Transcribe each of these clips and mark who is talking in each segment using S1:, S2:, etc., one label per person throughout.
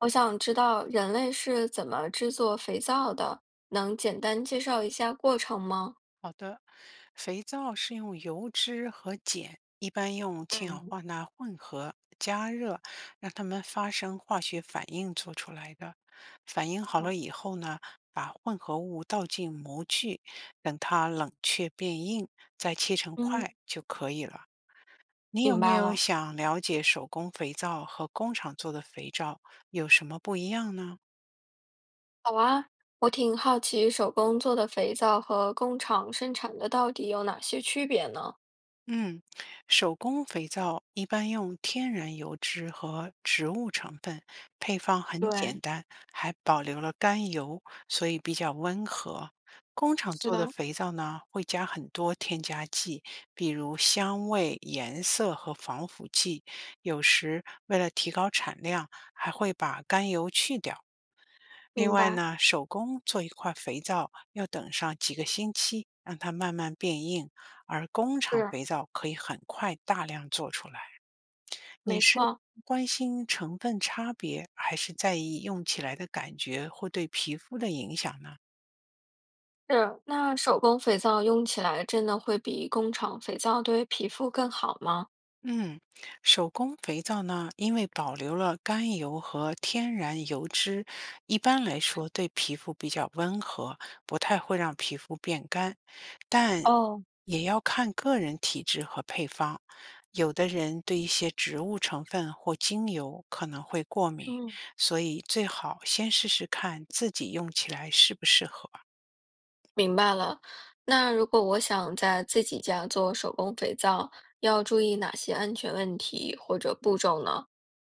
S1: 我想知道人类是怎么制作肥皂的，能简单介绍一下过程吗？
S2: 好的，肥皂是用油脂和碱，一般用氢氧
S1: 嗯，
S2: 化钠混合加热，让它们发生化学反应做出来的。反应好
S1: 哦
S2: 了以后呢，把混合物倒进模具，等它冷却变硬，再切成
S1: 嗯，
S2: 块就可以了。你有
S1: 明
S2: 没
S1: 白
S2: 有
S1: 了。
S2: 想了解手工肥皂和工厂做的肥皂有什么不一样呢？
S1: 好啊，我挺好奇手工做的肥皂和工厂生产的到底有哪些区别呢？
S2: 嗯，手工肥皂一般用天然油脂和植物成分，配方很
S1: 对，
S2: 简单，还保留了甘油，所以比较温和。工厂
S1: 是
S2: 做的
S1: 的，
S2: 肥皂呢，会加很多添加剂，比如香味、颜色和防腐剂。有时为了提高产量，还会把甘油去掉。另
S1: 明
S2: 外
S1: 白，
S2: 呢，手工做一块肥皂要等上几个星期，让它慢慢变硬，而工厂
S1: 是，
S2: 肥皂可以很快大量做出来。你
S1: 没
S2: 是
S1: 错，
S2: 关心成分差别，还是在意用起来的感觉或对皮肤的影响呢？
S1: 是。那手工肥皂用起来真的会比工厂肥皂对皮肤更好吗？
S2: 嗯，手工肥皂呢，因为保留了甘油和天然油脂，一般来说对皮肤比较温和，不太会让皮肤变干，但
S1: 哦，
S2: 也要看个人体质和配方。有的人对一些植物成分或精油可能会过敏，
S1: 嗯。
S2: 所以最好先试试看自己用起来适不适合。
S1: 明白了。那如果我想在自己家做手工肥皂，要注意哪些安全问题或者步骤呢？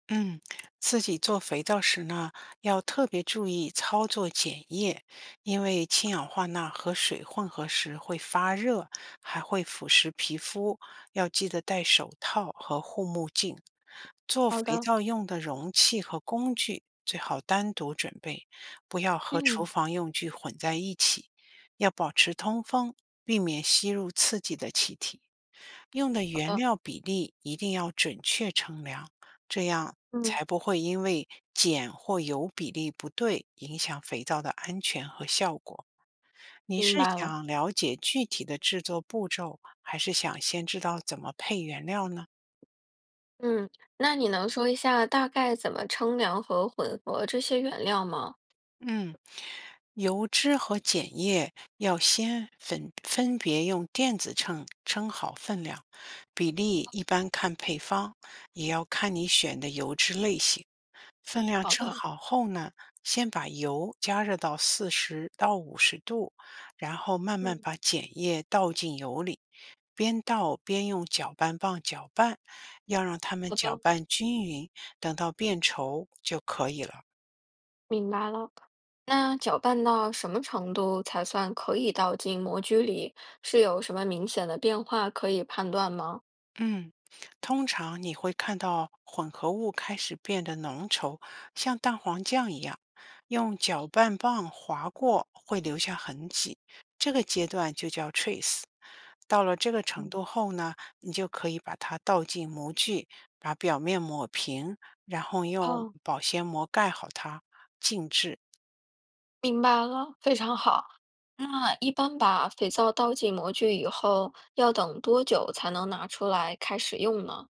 S2: 嗯，自己做肥皂时呢，要特别注意操作碱液，因为氢氧化钠和水混合时会发热，还会腐蚀皮肤，要记得戴手套和护目镜。做
S1: 好
S2: 肥
S1: 的，
S2: 皂用的容器和工具最好单独准备，不要和厨
S1: 嗯，
S2: 房用具混在一起，要保持通风，避免吸入刺激的气体。用的
S1: 好
S2: 原
S1: 的，
S2: 料比例一定要准确称量，这样
S1: 嗯，
S2: 才不会因为碱或油比例不对影响肥皂的安全和效果。你
S1: 明
S2: 是
S1: 白了。
S2: 想了解具体的制作步骤，还是想先知道怎么配原料呢？
S1: 嗯，那你能说一下大概怎么称量和混合这些原料吗？
S2: 嗯，油脂和碱液要先分别用电子秤称好分量，比例一般看配方，也要看你选的油脂类型。分量
S1: 好
S2: 称
S1: 的，
S2: 好后呢，先把油加热到40到50度，然后慢慢
S1: 嗯，
S2: 把碱液倒进油里，边倒边用搅拌棒搅拌，要让它们
S1: 好
S2: 搅
S1: 的，
S2: 拌均匀，等到变稠就可以了。
S1: 明白了。那搅拌到什么程度才算可以倒进模具里？是有什么明显的变化可以判断吗？
S2: 嗯，通常你会看到混合物开始变得浓稠，像蛋黄酱一样。用搅拌棒划过会留下痕迹，这个阶段就叫 trace。到了这个程
S1: 嗯，
S2: 度后呢，你就可以把它倒进模具，把表面抹平，然后用
S1: 哦。
S2: 保鲜膜盖好它，静置。
S1: 明白了，非常好。那一般把肥皂倒进模具以后，要等多久才能拿出来开始用呢？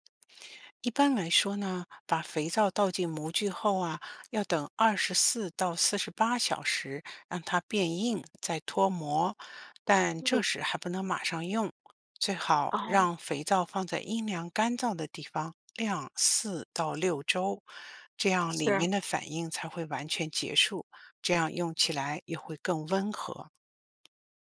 S2: 一般来说呢，把肥皂倒进模具后啊，要等24到48小时，让它变硬，再脱模。但这
S1: 嗯，
S2: 时还不能马上用，最好
S1: 哦，
S2: 让肥皂放在阴凉干燥的地方晾4到6周，这样里
S1: 是，
S2: 面的反应才会完全结束，这样用起来也会更温和。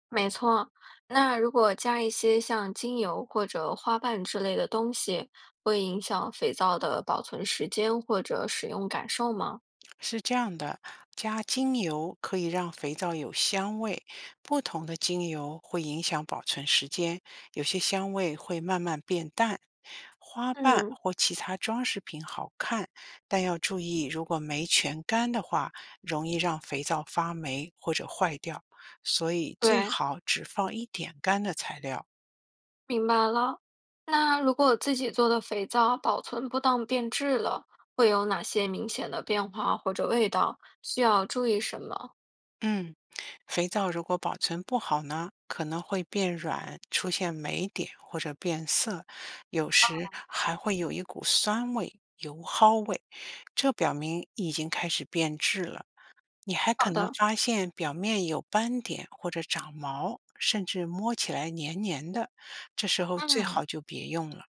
S1: 没错。那如果加一些像精油或者花瓣之类的东西，会影响肥皂的保存时间或者使用感受吗？
S2: 是这样的，加精油可以让肥皂有香味，不同的精油会影响保存时间，有些香味会慢慢变淡。花瓣
S1: 嗯，
S2: 或其他装饰品好看，但要注意，如果没全干的话，容易让肥皂发霉或者坏掉，所以最
S1: 对。
S2: 好只放一点干的材料。
S1: 明白了。那如果自己做的肥皂保存不当变质了，会有哪些明显的变化或者味道？需要注意什么？
S2: 嗯，肥皂如果保存不好呢，可能会变软，出现霉点或者变色，有时还会有一股酸味、油蒿味，这表明已经开始变质了。你还可
S1: 好
S2: 能
S1: 的，
S2: 发现表面有斑点或者长毛，甚至摸起来黏黏的，这时候最
S1: 嗯，
S2: 好就别用了。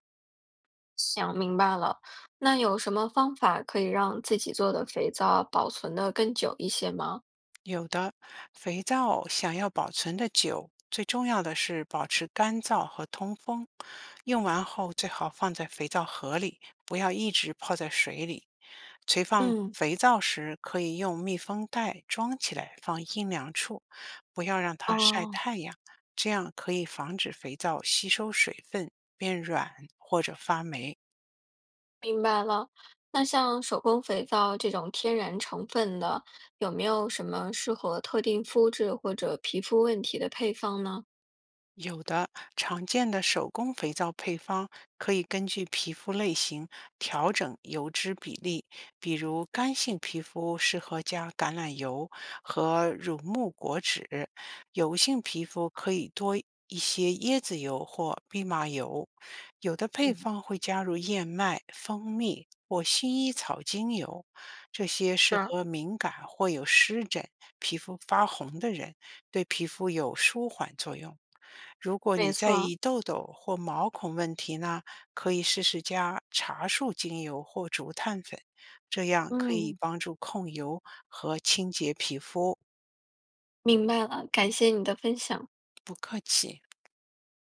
S1: 想明白了。那有什么方法可以让自己做的肥皂保存的更久一些吗？
S2: 有的，肥皂想要保存的久，最重要的是保持干燥和通风。用完后最好放在肥皂盒里，不要一直泡在水里。存放
S1: 嗯，
S2: 肥皂时，可以用密封袋装起来，放阴凉处，不要让它晒
S1: 哦，
S2: 太阳，这样可以防止肥皂吸收水分变软或者发霉。
S1: 明白了。那像手工肥皂这种天然成分的，有没有什么适合特定肤质或者皮肤问题的配方呢？
S2: 有的，常见的手工肥皂配方可以根据皮肤类型调整油脂比例，比如干性皮肤适合加橄榄油和乳木果脂，油性皮肤可以多一些椰子油或蓖麻油。有的配
S1: 嗯，
S2: 方会加入燕麦、蜂蜜或薰衣草精油，这些适
S1: 是，
S2: 合敏感或有湿疹、皮肤发红的人。对皮肤有舒缓作用。如果你
S1: 没
S2: 在
S1: 错。
S2: 意痘痘或毛孔问题呢，可以试试加茶树精油或竹炭粉，这样可以
S1: 嗯，
S2: 帮助控油和清洁皮肤。
S1: 明白了，感谢你的分享。
S2: 不客气。